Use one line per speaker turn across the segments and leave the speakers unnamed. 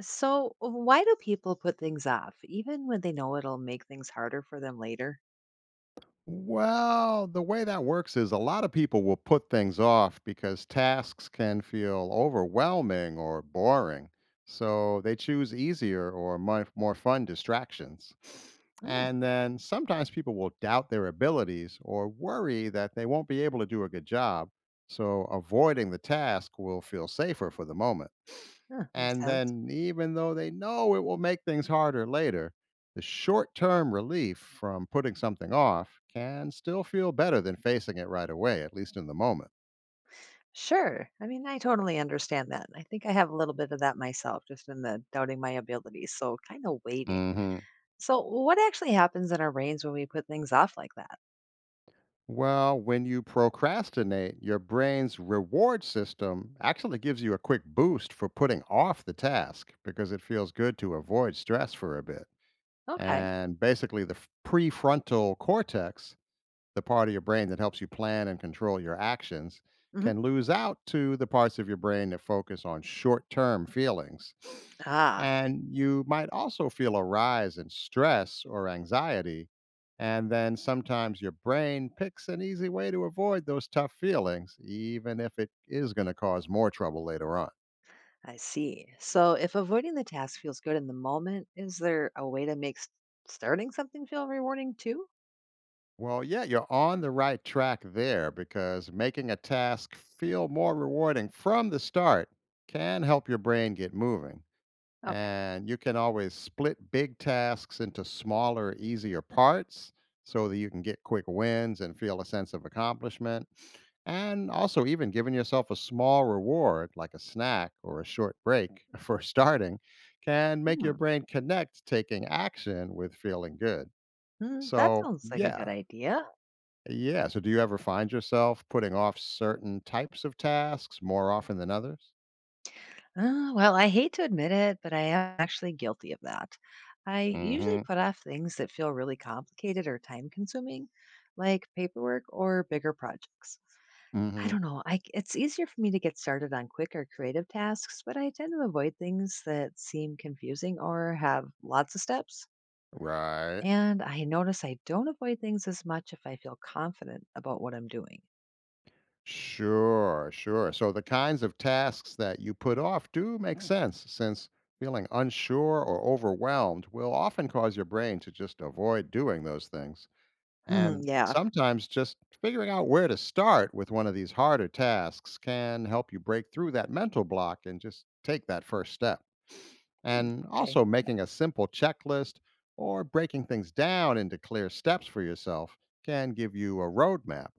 So, why do people put things off, even when they know it'll make things harder for them later?
Well, the way that works is a lot of people will put things off because tasks can feel overwhelming or boring. So they choose easier or more fun distractions.
Mm.
And then sometimes people will doubt their abilities or worry that they won't be able to do a good job. So avoiding the task will feel safer for the moment.
Huh, makes
And
sense.
then, even though they know it will make things harder later, the short term relief from putting something off can still feel better than facing it right away, at least in the moment.
Sure. I totally understand that. I think I have a little bit of that myself, just in the doubting my abilities. So, kind of waiting.
Hmm.
So, what actually happens in our brains when we put things off like that?
Well, when you procrastinate, your brain's reward system actually gives you a quick boost for putting off the task because it feels good to avoid stress for a bit.
Okay.
And basically, the prefrontal cortex, the part of your brain that helps you plan and control your actions,
Hmm.
can lose out to the parts of your brain that focus on short term feelings.
Ah,
And you might also feel a rise in stress or anxiety. And then sometimes your brain picks an easy way to avoid those tough feelings, even if it is going to cause more trouble later on.
I see. So, if avoiding the task feels good in the moment, is there a way to make starting something feel rewarding too?
Well, yeah, you're on the right track there because making a task feel more rewarding from the start can help your brain get moving.
Okay.
And you can always split big tasks into smaller, easier parts so that you can get quick wins and feel a sense of accomplishment. And also, even giving yourself a small reward like a snack or a short break for starting can make your
Hmm.
brain connect taking action with feeling good.
Hmm, that
So,
sounds like a good
yeah,
idea.
yeah. So, do you ever find yourself putting off certain types of tasks more often than others?
Well, I hate to admit it, but I am actually guilty of that. I
Mm
usually
hmm.
put off things that feel really complicated or time consuming, like paperwork or bigger projects.
Mm
I
hmm.
don't know. It's easier for me to get started on quick or creative tasks, but I tend to avoid things that seem confusing or have lots of steps.
Right.
And I notice I don't avoid things as much if I feel confident about what I'm doing.
Sure, sure. So the kinds of tasks that you put off do make sense, since feeling unsure or overwhelmed will often cause your brain to just avoid doing those things.
Hmm,
And
yeah.
sometimes just figuring out where to start with one of these harder tasks can help you break through that mental block and just take that first step.
Hmm,
And
okay.
also, making a simple checklist or breaking things down into clear steps for yourself can give you a roadmap,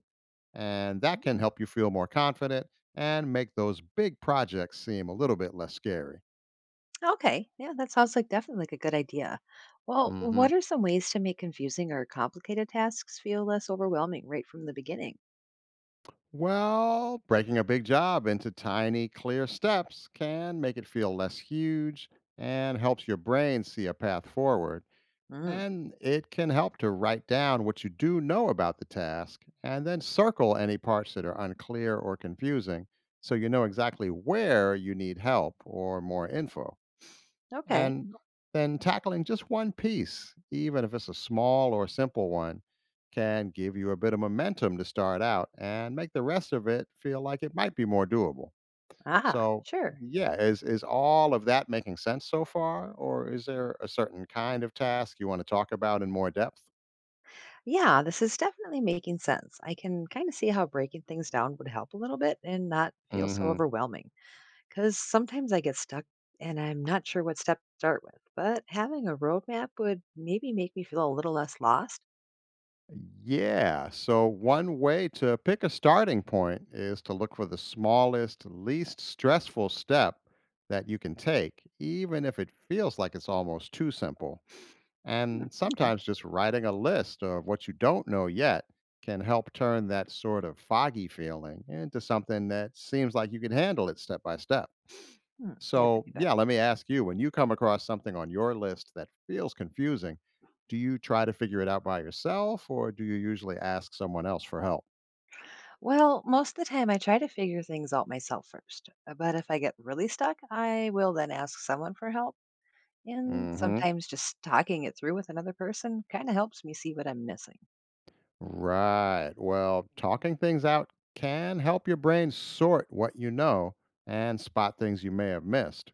and that can help you feel more confident and make those big projects seem a little bit less scary.
Okay. Yeah, that sounds like definitely like a good idea. Well,
Hmm.
what are some ways to make confusing or complicated tasks feel less overwhelming right from the beginning?
Well, breaking a big job into tiny, clear steps can make it feel less huge and helps your brain see a path forward.
Mm,
And it can help to write down what you do know about the task and then circle any parts that are unclear or confusing, so you know exactly where you need help or more info.
okay.
And then tackling just one piece, even if it's a small or simple one, can give you a bit of momentum to start out and make the rest of it feel like it might be more doable.
Ah,
So,
sure.
yeah, is all of that making sense so far, or is there a certain kind of task you want to talk about in more depth?
Yeah, this is definitely making sense. I can kind of see how breaking things down would help a little bit and not feel so
Hmm.
overwhelming because sometimes I get stuck and I'm not sure what step to start with. But having a roadmap would maybe make me feel a little less lost.
Yeah. So, one way to pick a starting point is to look for the smallest, least stressful step that you can take, even if it feels like it's almost too simple.
Hmm,
And
okay.
sometimes just writing a list of what you don't know yet can help turn that sort of foggy feeling into something that seems like you can handle it step by step.
Hmm, yeah, that'd
So,
be
yeah,
better.
let me ask you, when you come across something on your list that feels confusing, do you try to figure it out by yourself, or do you usually ask someone else for help?
Well, most of the time I try to figure things out myself first. But if I get really stuck, I will then ask someone for help. And
Hmm.
sometimes just talking it through with another person kind of helps me see what I'm missing.
Right. Well, talking things out can help your brain sort what you know and spot things you may have missed.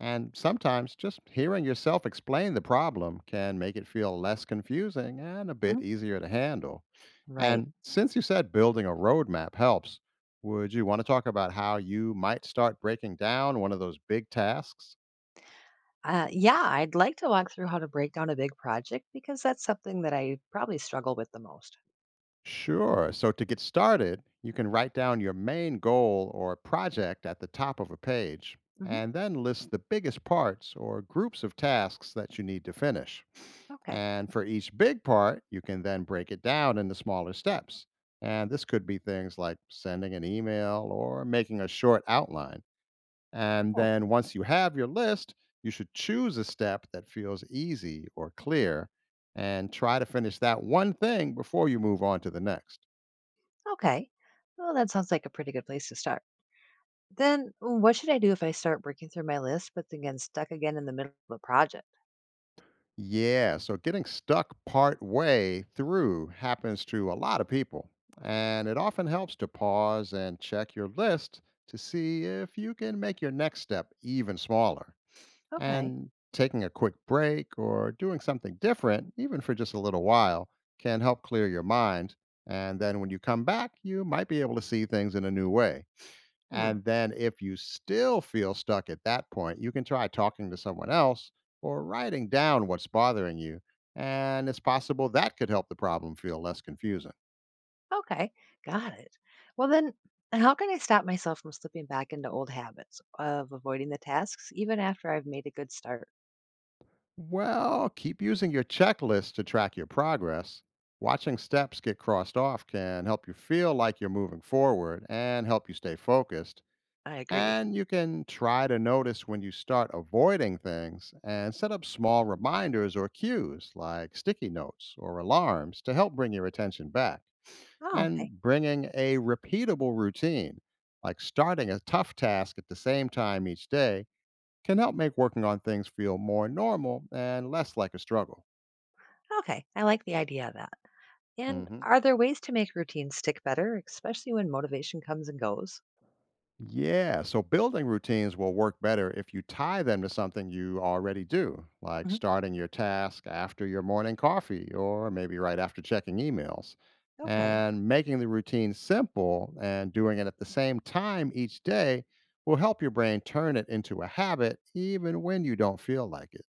And sometimes just hearing yourself explain the problem can make it feel less confusing and a bit
Mhm.
easier to handle.
Right.
And since you said building a roadmap helps, would you want to talk about how you might start breaking down one of those big tasks?
Yeah, I'd like to walk through how to break down a big project because that's something that I probably struggle with the most.
Sure. So to get started, you can write down your main goal or project at the top of a page
Mhm.
and then list the biggest parts or groups of tasks that you need to finish.
Okay.
And for each big part, you can then break it down into smaller steps. And this could be things like sending an email or making a short outline. And
Oh,
then once you have your list, you should choose a step that feels easy or clear and try to finish that one thing before you move on to the next.
okay. Well, that sounds like a pretty good place to start. Then what should I do if I start breaking through my list, but then get stuck again in the middle of a project?
Yeah, so getting stuck part way through happens to a lot of people. And it often helps to pause and check your list to see if you can make your next step even smaller.
Okay.
And taking a quick break or doing something different, even for just a little while, can help clear your mind. And then when you come back, you might be able to see things in a new way.
Hmm.
And then if you still feel stuck at that point, you can try talking to someone else or writing down what's bothering you. And it's possible that could help the problem feel less confusing.
Okay, got it. Well, then, how can I stop myself from slipping back into old habits of avoiding the tasks even after I've made a good start?
Well, keep using your checklist to track your progress. Watching steps get crossed off can help you feel like you're moving forward and help you stay focused.
I agree.
And you can try to notice when you start avoiding things and set up small reminders or cues like sticky notes or alarms to help bring your attention back.
Oh, okay.
And bringing a repeatable routine, like starting a tough task at the same time each day, can help make working on things feel more normal and less like a struggle.
Okay, I like the idea of that. And
Hmm.
are there ways to make routines stick better, especially when motivation comes and goes?
Yeah, so building routines will work better if you tie them to something you already do, like
Hmm.
starting your task after your morning coffee or maybe right after checking emails.
Okay.
And making the routine simple and doing it at the same time each day will help your brain turn it into a habit even when you don't feel like it.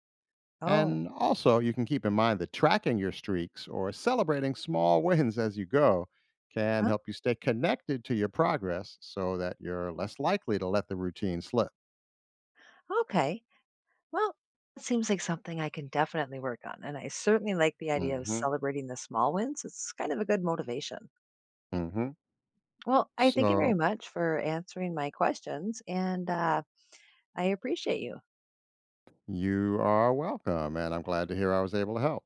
Oh,
And also, you can keep in mind that tracking your streaks or celebrating small wins as you go can
huh?
help you stay connected to your progress, so that you're less likely to let the routine slip.
Okay. Well, it seems like something I can definitely work on. And I certainly like the idea of
Hmm.
celebrating the small wins. It's kind of a good motivation.
Hmm.
Well, I thank you
So,
very much for answering my questions, and I appreciate you.
you are welcome. And I'm glad to hear I was able to help.